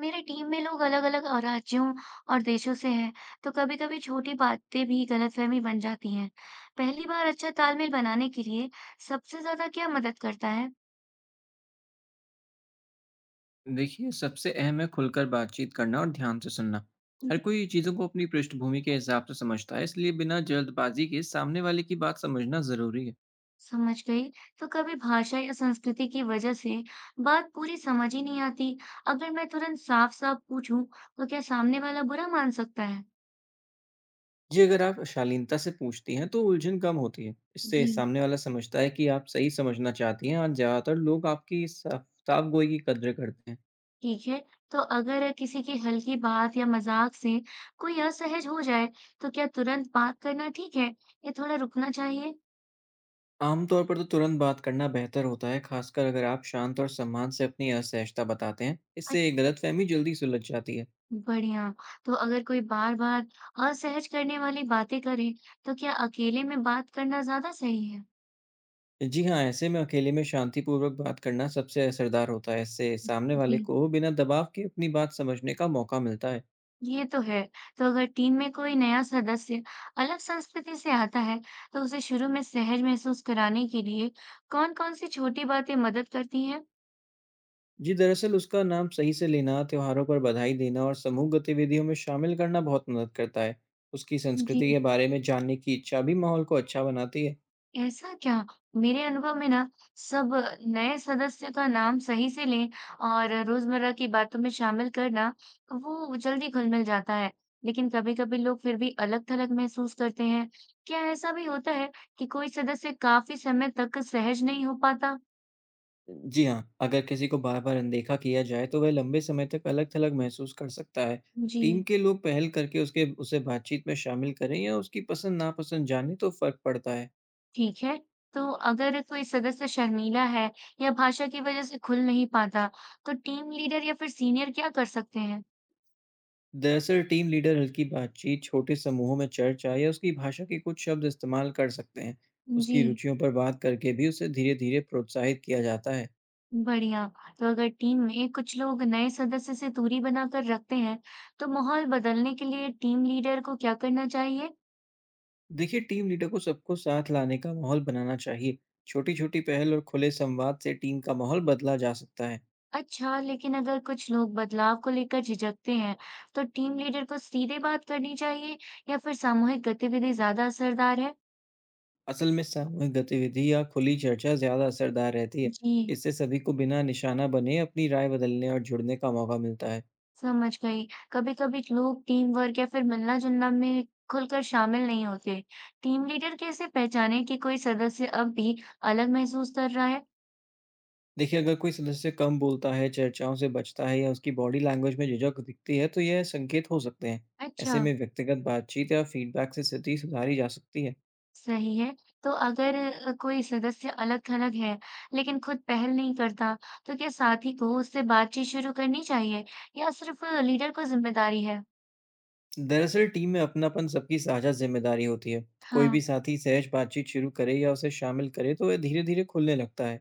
मेरी टीम में लोग अलग-अलग राज्यों और देशों से हैं, तो कभी-कभी छोटी बातें भी गलतफहमी बन जाती हैं। पहली बार अच्छा तालमेल बनाने के लिए सबसे ज्यादा क्या मदद करता है? देखिए, सबसे अहम है खुलकर बातचीत करना और ध्यान से सुनना। हर जी। कोई चीज़ों को अपनी पृष्ठभूमि के हिसाब से समझता है, इसलिए बिना जल्दबाजी के सामने वाले की बात समझना ज़रूरी है। समझ गई। तो कभी भाषा या संस्कृति की वजह से बात पूरी समझ ही नहीं आती। अगर मैं तुरंत साफ-साफ पूछूं, तो क्या सामने वाला बुरा मान सकता है? जी, अगर आप शालीनता से पूछती हैं तो उलझन कम होती है। जी, इससे सामने वाला समझता है कि आप सही समझना चाहती हैं। आज ज़्यादातर लोग आपकी साफ साफ गोई की कद्र करते हैं। ठीक है, तो अगर किसी की हल्की बात या मज़ाक से कोई असहज हो जाए, तो क्या तुरंत बात करना ठीक है या थोड़ा रुकना चाहिए? आमतौर पर तो तुरंत बात करना बेहतर होता है, खासकर अगर आप शांत और सम्मान से अपनी असहजता बताते हैं। अच्छ इससे गलतफहमी जल्दी सुलझ जाती है। बढ़िया, तो अगर कोई बार-बार असहज करने वाली बातें करे, तो क्या अकेले में बात करना ज़्यादा सही है? जी हाँ, ऐसे में अकेले में शांतिपूर्वक बात करना सबसे असरदार होता है। इससे सामने वाले जी, को बिना दबाव के अपनी बात समझने का मौका मिलता है। ये तो है। तो अगर टीम में कोई नया सदस्य अलग संस्कृति से आता है, तो उसे शुरू में सहज महसूस कराने के लिए कौन-कौन सी छोटी बातें मदद करती हैं? जी, दरअसल उसका नाम सही से लेना, त्योहारों पर बधाई देना और समूह गतिविधियों में शामिल करना बहुत मदद करता है। उसकी जी। संस्कृति के बारे में जानने की इच्छा भी माहौल को अच्छा बनाती है। ऐसा क्या? मेरे अनुभव में ना सब नए सदस्य का नाम सही से लें और रोजमर्रा की बातों में शामिल करना वो जल्दी घुल-मिल जाता है। लेकिन कभी-कभी लोग फिर भी अलग-थलग महसूस करते हैं। क्या ऐसा भी होता है कि कोई सदस्य काफी समय तक सहज नहीं हो पाता? जी हाँ, अगर किसी को बार-बार अनदेखा किया जाए, तो वह लंबे समय तक अलग-थलग महसूस कर सकता है। जी। टीम के लोग पहल करके उसके उसे बातचीत में शामिल करें या उसकी पसंद-नापसंद जानें, तो फ़र्क पड़ता है। ठीक है। तो अगर कोई सदस्य शर्मीला है या भाषा की वजह से खुल नहीं पाता, तो टीम लीडर या फिर सीनियर क्या कर सकते हैं? दरअसल टीम लीडर हल्की बातचीत, छोटे समूहों में चर्चा या उसकी भाषा के कुछ शब्द इस्तेमाल कर सकते हैं। जी। उसकी रुचियों पर बात करके भी उसे धीरे धीरे प्रोत्साहित किया जाता है। बढ़िया। तो अगर टीम में कुछ लोग नए सदस्य से दूरी बनाकर रखते हैं, तो माहौल बदलने के लिए टीम लीडर को क्या करना चाहिए? देखिए, टीम लीडर को सबको साथ लाने का माहौल बनाना चाहिए। छोटी छोटी पहल और खुले संवाद से टीम का माहौल बदला जा सकता है। अच्छा, लेकिन अगर कुछ लोग बदलाव को लेकर झिझकते हैं, तो टीम लीडर को सीधे बात करनी चाहिए या फिर सामूहिक गतिविधि ज्यादा असरदार है? असल में सामूहिक गतिविधि या खुली चर्चा ज़्यादा असरदार रहती है। जी, इससे सभी को बिना निशाना बने अपनी राय बदलने और जुड़ने का मौका मिलता है। समझ गई। कभी-कभी लोग टीम वर्क या फिर मिलना-जुलना में खुलकर शामिल नहीं होते। टीम लीडर कैसे पहचाने कि कोई सदस्य अब भी अलग महसूस कर रहा है? देखिए, अगर कोई सदस्य कम बोलता है, चर्चाओं से बचता है या उसकी बॉडी लैंग्वेज में झिझक दिखती है, तो यह संकेत हो सकते हैं। अच्छा। ऐसे में व्यक्तिगत बातचीत या फीडबैक से स्थिति सुधारी जा सकती है। सही है। तो अगर कोई सदस्य अलग-थलग है, लेकिन खुद पहल नहीं करता, तो क्या साथी को उससे बातचीत शुरू करनी चाहिए या सिर्फ लीडर को जिम्मेदारी है? दरअसल टीम में अपनापन सबकी साझा जिम्मेदारी होती है। कोई हाँ, भी साथी सहज बातचीत शुरू करे या उसे शामिल करे, तो वह धीरे-धीरे खुलने लगता है।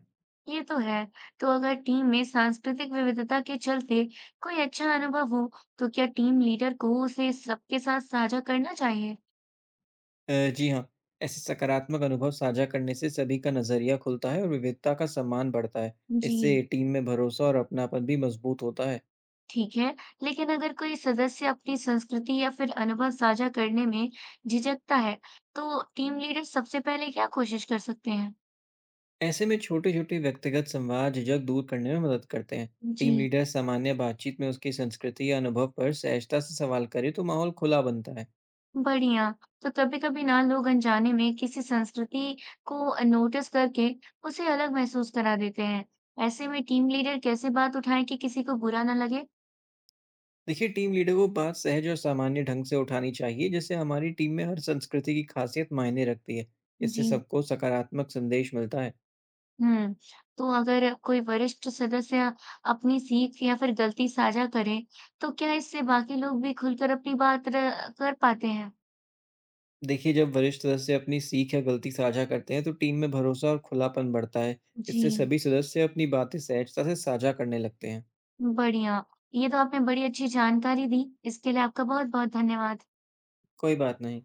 ये तो है। तो अगर टीम में सांस्कृतिक विविधता के चलते कोई अच्छा अनुभव हो, तो क्या टीम लीडर को उसे सबके साथ साझा करना चाहिए? जी हाँ, ऐसे सकारात्मक अनुभव साझा करने से सभी का नज़रिया खुलता है और विविधता का सम्मान बढ़ता है। जी, इससे टीम में भरोसा और अपनापन भी मजबूत होता है। ठीक है। लेकिन अगर कोई सदस्य अपनी संस्कृति या फिर अनुभव साझा करने में झिझकता है, तो टीम लीडर सबसे पहले क्या कोशिश कर सकते हैं? ऐसे में छोटे-छोटे व्यक्तिगत संवाद झिझक दूर करने में मदद करते हैं। जी, टीम लीडर सामान्य बातचीत में उसकी संस्कृति या अनुभव पर सहजता से सवाल करे तो माहौल खुला बनता है। बढ़िया। तो कभी-कभी ना लोग अनजाने में किसी संस्कृति को नोटिस करके उसे अलग महसूस करा देते हैं। ऐसे में टीम लीडर कैसे बात उठाएं कि किसी को बुरा ना लगे? देखिए, टीम लीडर को बात सहज और सामान्य ढंग से उठानी चाहिए, जैसे हमारी टीम में हर संस्कृति की खासियत मायने रखती है। इससे जी, सबको सकारात्मक संदेश मिलता है। हुँ। तो अगर कोई वरिष्ठ सदस्य अपनी सीख या फिर गलती साझा करे, तो क्या इससे बाकी लोग भी खुलकर अपनी बात र कर पाते हैं? देखिए, जब वरिष्ठ सदस्य अपनी सीख या गलती साझा करते हैं तो टीम में भरोसा और खुलापन बढ़ता है। इससे जी, सभी सदस्य अपनी बातें सहजता से साझा करने लगते हैं। बढ़िया। ये तो आपने बड़ी अच्छी जानकारी दी। इसके लिए आपका बहुत-बहुत धन्यवाद। कोई बात नहीं।